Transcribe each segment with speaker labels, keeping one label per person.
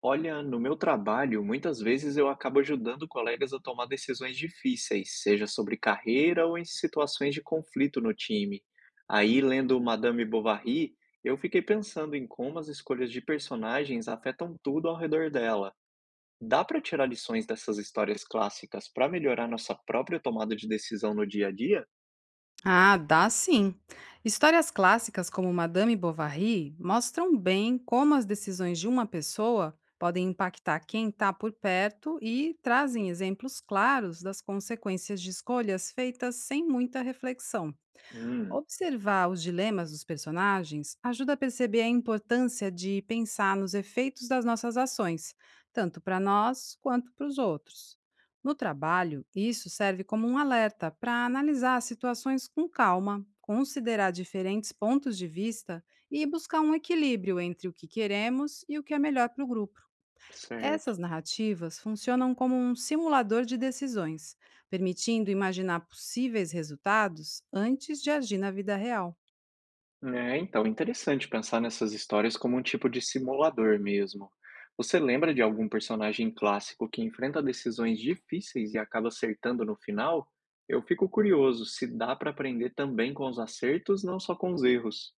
Speaker 1: Olha, no meu trabalho, muitas vezes eu acabo ajudando colegas a tomar decisões difíceis, seja sobre carreira ou em situações de conflito no time. Aí, lendo Madame Bovary, eu fiquei pensando em como as escolhas de personagens afetam tudo ao redor dela. Dá para tirar lições dessas histórias clássicas para melhorar nossa própria tomada de decisão no dia a dia?
Speaker 2: Ah, dá sim. Histórias clássicas como Madame Bovary mostram bem como as decisões de uma pessoa podem impactar quem está por perto e trazem exemplos claros das consequências de escolhas feitas sem muita reflexão.
Speaker 1: Hum,
Speaker 2: Observar os dilemas dos personagens ajuda a perceber a importância de pensar nos efeitos das nossas ações, tanto para nós quanto para os outros. No trabalho, isso serve como um alerta para analisar as situações com calma, considerar diferentes pontos de vista e buscar um equilíbrio entre o que queremos e o que é melhor para o grupo.
Speaker 1: certo.
Speaker 2: Essas narrativas funcionam como um simulador de decisões, permitindo imaginar possíveis resultados antes de agir na vida real.
Speaker 1: É, então, interessante pensar nessas histórias como um tipo de simulador mesmo. Você lembra de algum personagem clássico que enfrenta decisões difíceis e acaba acertando no final? Eu fico curioso se dá para aprender também com os acertos, não só com os erros.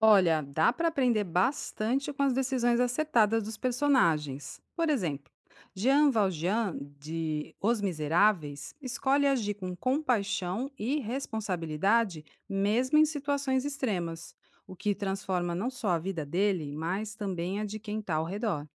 Speaker 2: Olha, dá para aprender bastante com as decisões acertadas dos personagens. Por exemplo, Jean Valjean, de Os Miseráveis, escolhe agir com compaixão e responsabilidade, mesmo em situações extremas, o que transforma não só a vida dele, mas também a de quem está ao redor.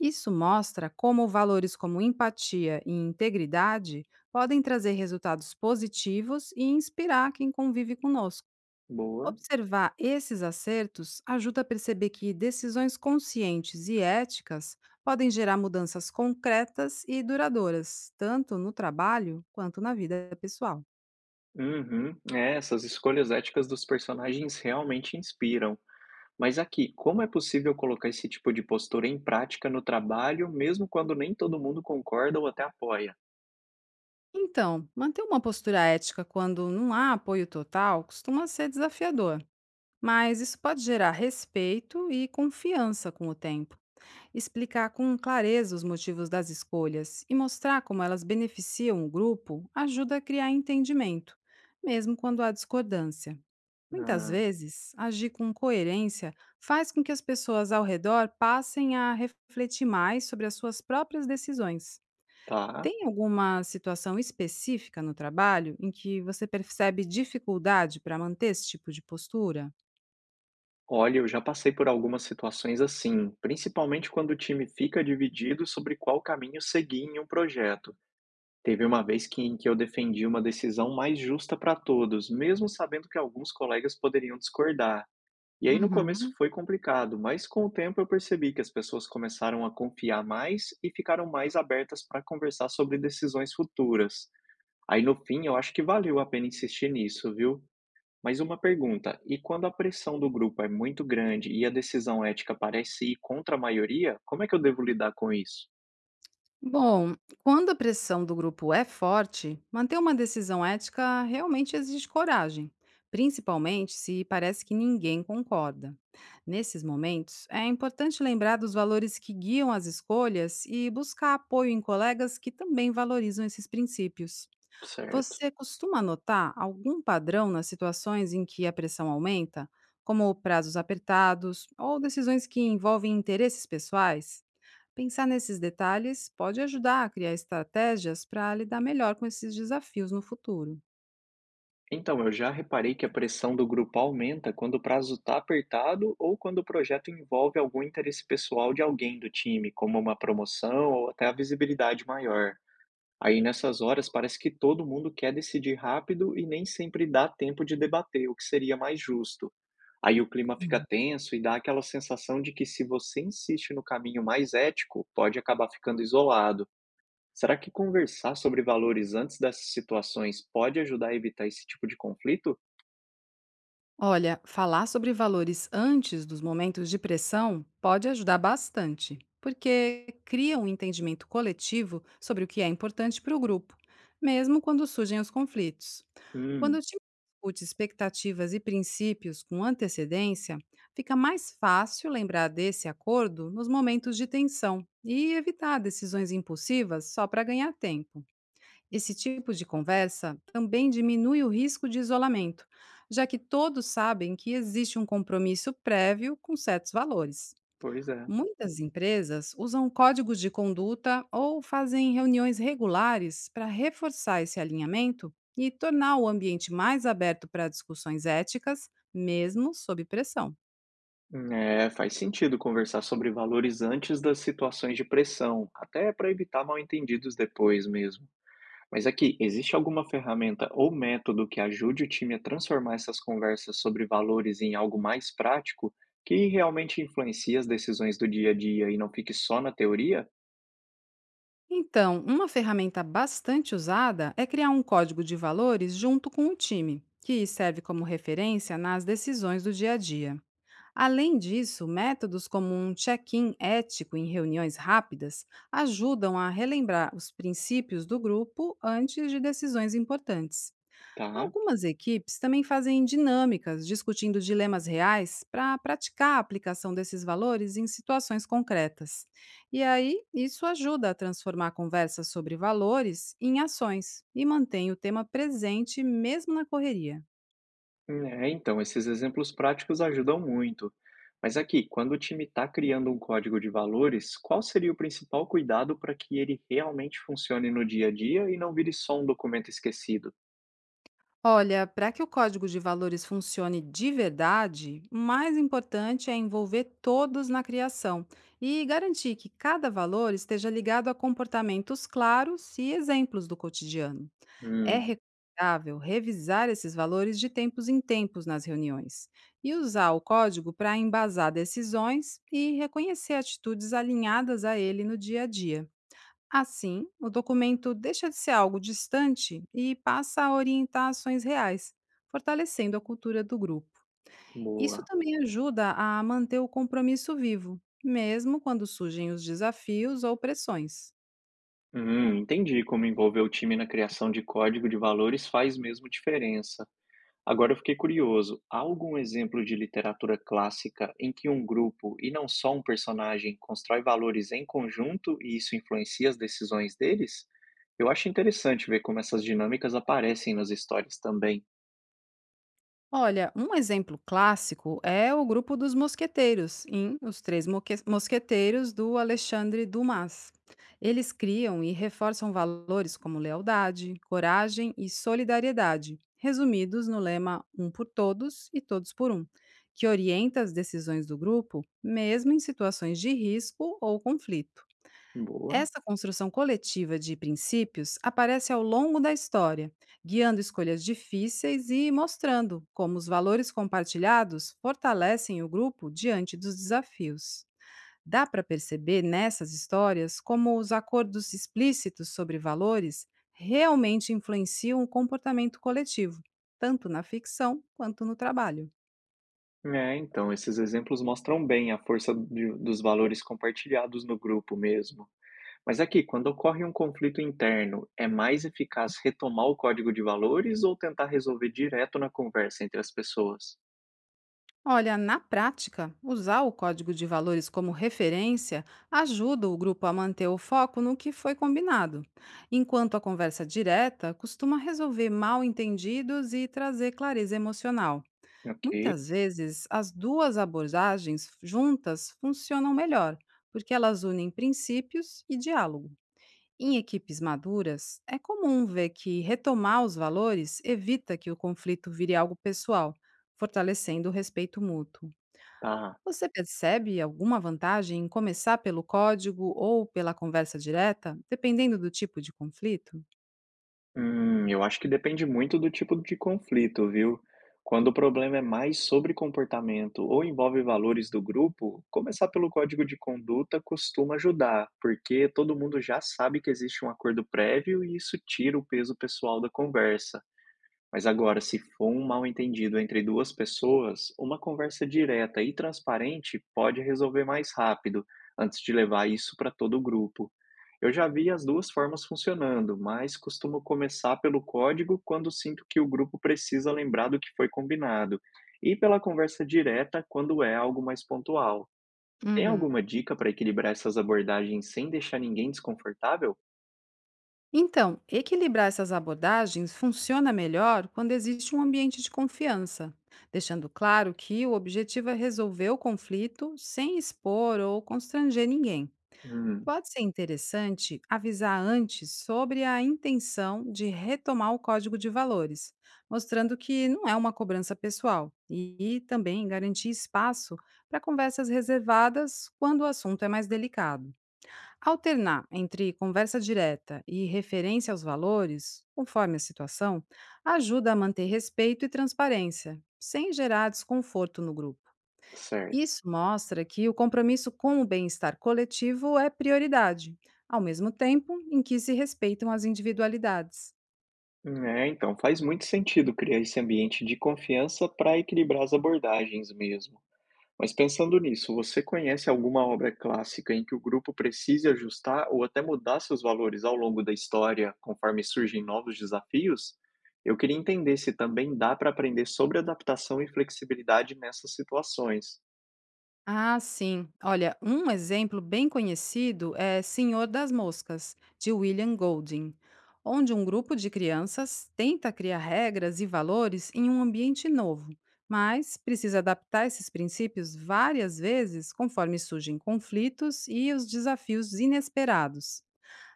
Speaker 2: Isso mostra como valores como empatia e integridade podem trazer resultados positivos e inspirar quem convive conosco.
Speaker 1: Boa.
Speaker 2: Observar esses acertos ajuda a perceber que decisões conscientes e éticas podem gerar mudanças concretas e duradouras, tanto no trabalho quanto na vida pessoal.
Speaker 1: Uhum. É, essas escolhas éticas dos personagens realmente inspiram. Mas aqui, como é possível colocar esse tipo de postura em prática no trabalho, mesmo quando nem todo mundo concorda ou até apoia?
Speaker 2: Então, manter uma postura ética quando não há apoio total costuma ser desafiador, mas isso pode gerar respeito e confiança com o tempo. Explicar com clareza os motivos das escolhas e mostrar como elas beneficiam o grupo ajuda a criar entendimento, mesmo quando há discordância. Muitas
Speaker 1: Ah,
Speaker 2: vezes, agir com coerência faz com que as pessoas ao redor passem a refletir mais sobre as suas próprias decisões.
Speaker 1: tá.
Speaker 2: Tem alguma situação específica no trabalho em que você percebe dificuldade para manter esse tipo de postura?
Speaker 1: Olha, eu já passei por algumas situações assim, principalmente quando o time fica dividido sobre qual caminho seguir em um projeto. Teve uma vez em que eu defendi uma decisão mais justa para todos, mesmo sabendo que alguns colegas poderiam discordar. E aí no começo
Speaker 2: Uhum.
Speaker 1: foi complicado, mas com o tempo eu percebi que as pessoas começaram a confiar mais e ficaram mais abertas para conversar sobre decisões futuras. Aí no fim, eu acho que valeu a pena insistir nisso, viu? Mas uma pergunta, e quando a pressão do grupo é muito grande e a decisão ética parece ir contra a maioria, como é que eu devo lidar com isso?
Speaker 2: Bom, quando a pressão do grupo é forte, manter uma decisão ética realmente exige coragem, principalmente se parece que ninguém concorda. Nesses momentos, é importante lembrar dos valores que guiam as escolhas e buscar apoio em colegas que também valorizam esses princípios.
Speaker 1: Certo.
Speaker 2: Você costuma notar algum padrão nas situações em que a pressão aumenta, como prazos apertados ou decisões que envolvem interesses pessoais? Pensar nesses detalhes pode ajudar a criar estratégias para lidar melhor com esses desafios no futuro.
Speaker 1: Então, eu já reparei que a pressão do grupo aumenta quando o prazo está apertado ou quando o projeto envolve algum interesse pessoal de alguém do time, como uma promoção ou até a visibilidade maior. Aí nessas horas parece que todo mundo quer decidir rápido e nem sempre dá tempo de debater o que seria mais justo. Aí o clima fica tenso e dá aquela sensação de que se você insiste no caminho mais ético, pode acabar ficando isolado. Será que conversar sobre valores antes dessas situações pode ajudar a evitar esse tipo de conflito?
Speaker 2: Olha, falar sobre valores antes dos momentos de pressão pode ajudar bastante, porque cria um entendimento coletivo sobre o que é importante para o grupo, mesmo quando surgem os conflitos. Quando o
Speaker 1: Hum,
Speaker 2: time discute expectativas e princípios com antecedência, fica mais fácil lembrar desse acordo nos momentos de tensão e evitar decisões impulsivas só para ganhar tempo. Esse tipo de conversa também diminui o risco de isolamento, já que todos sabem que existe um compromisso prévio com certos valores.
Speaker 1: pois é.
Speaker 2: Muitas empresas usam códigos de conduta ou fazem reuniões regulares para reforçar esse alinhamento e tornar o ambiente mais aberto para discussões éticas, mesmo sob pressão.
Speaker 1: É, faz sentido conversar sobre valores antes das situações de pressão, até para evitar mal-entendidos depois mesmo. Mas aqui, existe alguma ferramenta ou método que ajude o time a transformar essas conversas sobre valores em algo mais prático, que realmente influencie as decisões do dia a dia e não fique só na teoria?
Speaker 2: Então, uma ferramenta bastante usada é criar um código de valores junto com o time, que serve como referência nas decisões do dia a dia. Além disso, métodos como um check-in ético em reuniões rápidas ajudam a relembrar os princípios do grupo antes de decisões importantes.
Speaker 1: Tá.
Speaker 2: Algumas equipes também fazem dinâmicas discutindo dilemas reais para praticar a aplicação desses valores em situações concretas. E aí, isso ajuda a transformar conversas sobre valores em ações e mantém o tema presente mesmo na correria.
Speaker 1: É, então, esses exemplos práticos ajudam muito. Mas aqui, quando o time está criando um código de valores, qual seria o principal cuidado para que ele realmente funcione no dia a dia e não vire só um documento esquecido?
Speaker 2: Olha, para que o código de valores funcione de verdade, o mais importante é envolver todos na criação e garantir que cada valor esteja ligado a comportamentos claros e exemplos do cotidiano. É
Speaker 1: Hum,
Speaker 2: recomendável revisar esses valores de tempos em tempos nas reuniões e usar o código para embasar decisões e reconhecer atitudes alinhadas a ele no dia a dia. Assim, o documento deixa de ser algo distante e passa a orientar ações reais, fortalecendo a cultura do grupo. Isso
Speaker 1: boa.
Speaker 2: também ajuda a manter o compromisso vivo, mesmo quando surgem os desafios ou pressões.
Speaker 1: Entendi como envolver o time na criação de código de valores faz mesmo diferença. Agora eu fiquei curioso, há algum exemplo de literatura clássica em que um grupo, e não só um personagem, constrói valores em conjunto e isso influencia as decisões deles? Eu acho interessante ver como essas dinâmicas aparecem nas histórias também.
Speaker 2: Olha, um exemplo clássico é o grupo dos mosqueteiros, em Os Três Mosqueteiros do Alexandre Dumas. Eles criam e reforçam valores como lealdade, coragem e solidariedade, resumidos no lema Um por Todos e Todos por Um, que orienta as decisões do grupo, mesmo em situações de risco ou conflito.
Speaker 1: Boa.
Speaker 2: Essa construção coletiva de princípios aparece ao longo da história, guiando escolhas difíceis e mostrando como os valores compartilhados fortalecem o grupo diante dos desafios. Dá para perceber nessas histórias como os acordos explícitos sobre valores realmente influenciam o comportamento coletivo, tanto na ficção quanto no trabalho.
Speaker 1: É, então, esses exemplos mostram bem a força dos valores compartilhados no grupo mesmo. Mas aqui, quando ocorre um conflito interno, é mais eficaz retomar o código de valores ou tentar resolver direto na conversa entre as pessoas?
Speaker 2: Olha, na prática, usar o código de valores como referência ajuda o grupo a manter o foco no que foi combinado, enquanto a conversa direta costuma resolver mal entendidos e trazer clareza emocional.
Speaker 1: Ok,
Speaker 2: Muitas vezes, as duas abordagens juntas funcionam melhor, porque elas unem princípios e diálogo. Em equipes maduras, é comum ver que retomar os valores evita que o conflito vire algo pessoal, fortalecendo o respeito mútuo.
Speaker 1: tá.
Speaker 2: Você percebe alguma vantagem em começar pelo código ou pela conversa direta, dependendo do tipo de conflito?
Speaker 1: Eu acho que depende muito do tipo de conflito, viu? Quando o problema é mais sobre comportamento ou envolve valores do grupo, começar pelo código de conduta costuma ajudar, porque todo mundo já sabe que existe um acordo prévio e isso tira o peso pessoal da conversa. Mas agora, se for um mal-entendido entre duas pessoas, uma conversa direta e transparente pode resolver mais rápido, antes de levar isso para todo o grupo. Eu já vi as duas formas funcionando, mas costumo começar pelo código quando sinto que o grupo precisa lembrar do que foi combinado, e pela conversa direta quando é algo mais pontual. Tem
Speaker 2: Uhum.
Speaker 1: alguma dica para equilibrar essas abordagens sem deixar ninguém desconfortável?
Speaker 2: Então, equilibrar essas abordagens funciona melhor quando existe um ambiente de confiança, deixando claro que o objetivo é resolver o conflito sem expor ou constranger ninguém.
Speaker 1: Hum,
Speaker 2: Pode ser interessante avisar antes sobre a intenção de retomar o código de valores, mostrando que não é uma cobrança pessoal e também garantir espaço para conversas reservadas quando o assunto é mais delicado. Alternar entre conversa direta e referência aos valores, conforme a situação, ajuda a manter respeito e transparência, sem gerar desconforto no grupo.
Speaker 1: certo.
Speaker 2: Isso mostra que o compromisso com o bem-estar coletivo é prioridade, ao mesmo tempo em que se respeitam as individualidades.
Speaker 1: É, então faz muito sentido criar esse ambiente de confiança para equilibrar as abordagens mesmo. Mas pensando nisso, você conhece alguma obra clássica em que o grupo precise ajustar ou até mudar seus valores ao longo da história, conforme surgem novos desafios? Eu queria entender se também dá para aprender sobre adaptação e flexibilidade nessas situações.
Speaker 2: Ah, sim. Olha, um exemplo bem conhecido é Senhor das Moscas, de William Golding, onde um grupo de crianças tenta criar regras e valores em um ambiente novo, mas precisa adaptar esses princípios várias vezes conforme surgem conflitos e os desafios inesperados.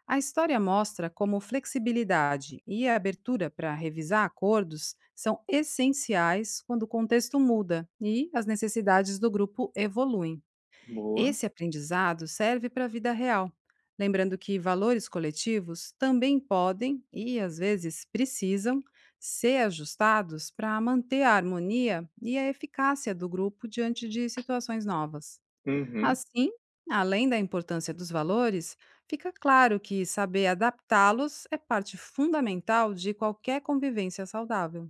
Speaker 2: A história mostra como flexibilidade e a abertura para revisar acordos são essenciais quando o contexto muda e as necessidades do grupo evoluem.
Speaker 1: Boa.
Speaker 2: Esse aprendizado serve para a vida real, lembrando que valores coletivos também podem e às vezes precisam ser ajustados para manter a harmonia e a eficácia do grupo diante de situações novas.
Speaker 1: Uhum.
Speaker 2: Assim, além da importância dos valores, fica claro que saber adaptá-los é parte fundamental de qualquer convivência saudável.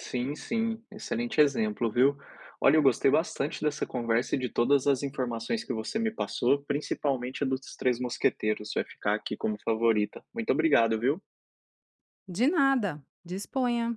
Speaker 1: Sim, sim, excelente exemplo, viu? Olha, eu gostei bastante dessa conversa e de todas as informações que você me passou, principalmente a dos Três Mosqueteiros, vai ficar aqui como favorita. Muito obrigado, viu?
Speaker 2: De nada, disponha!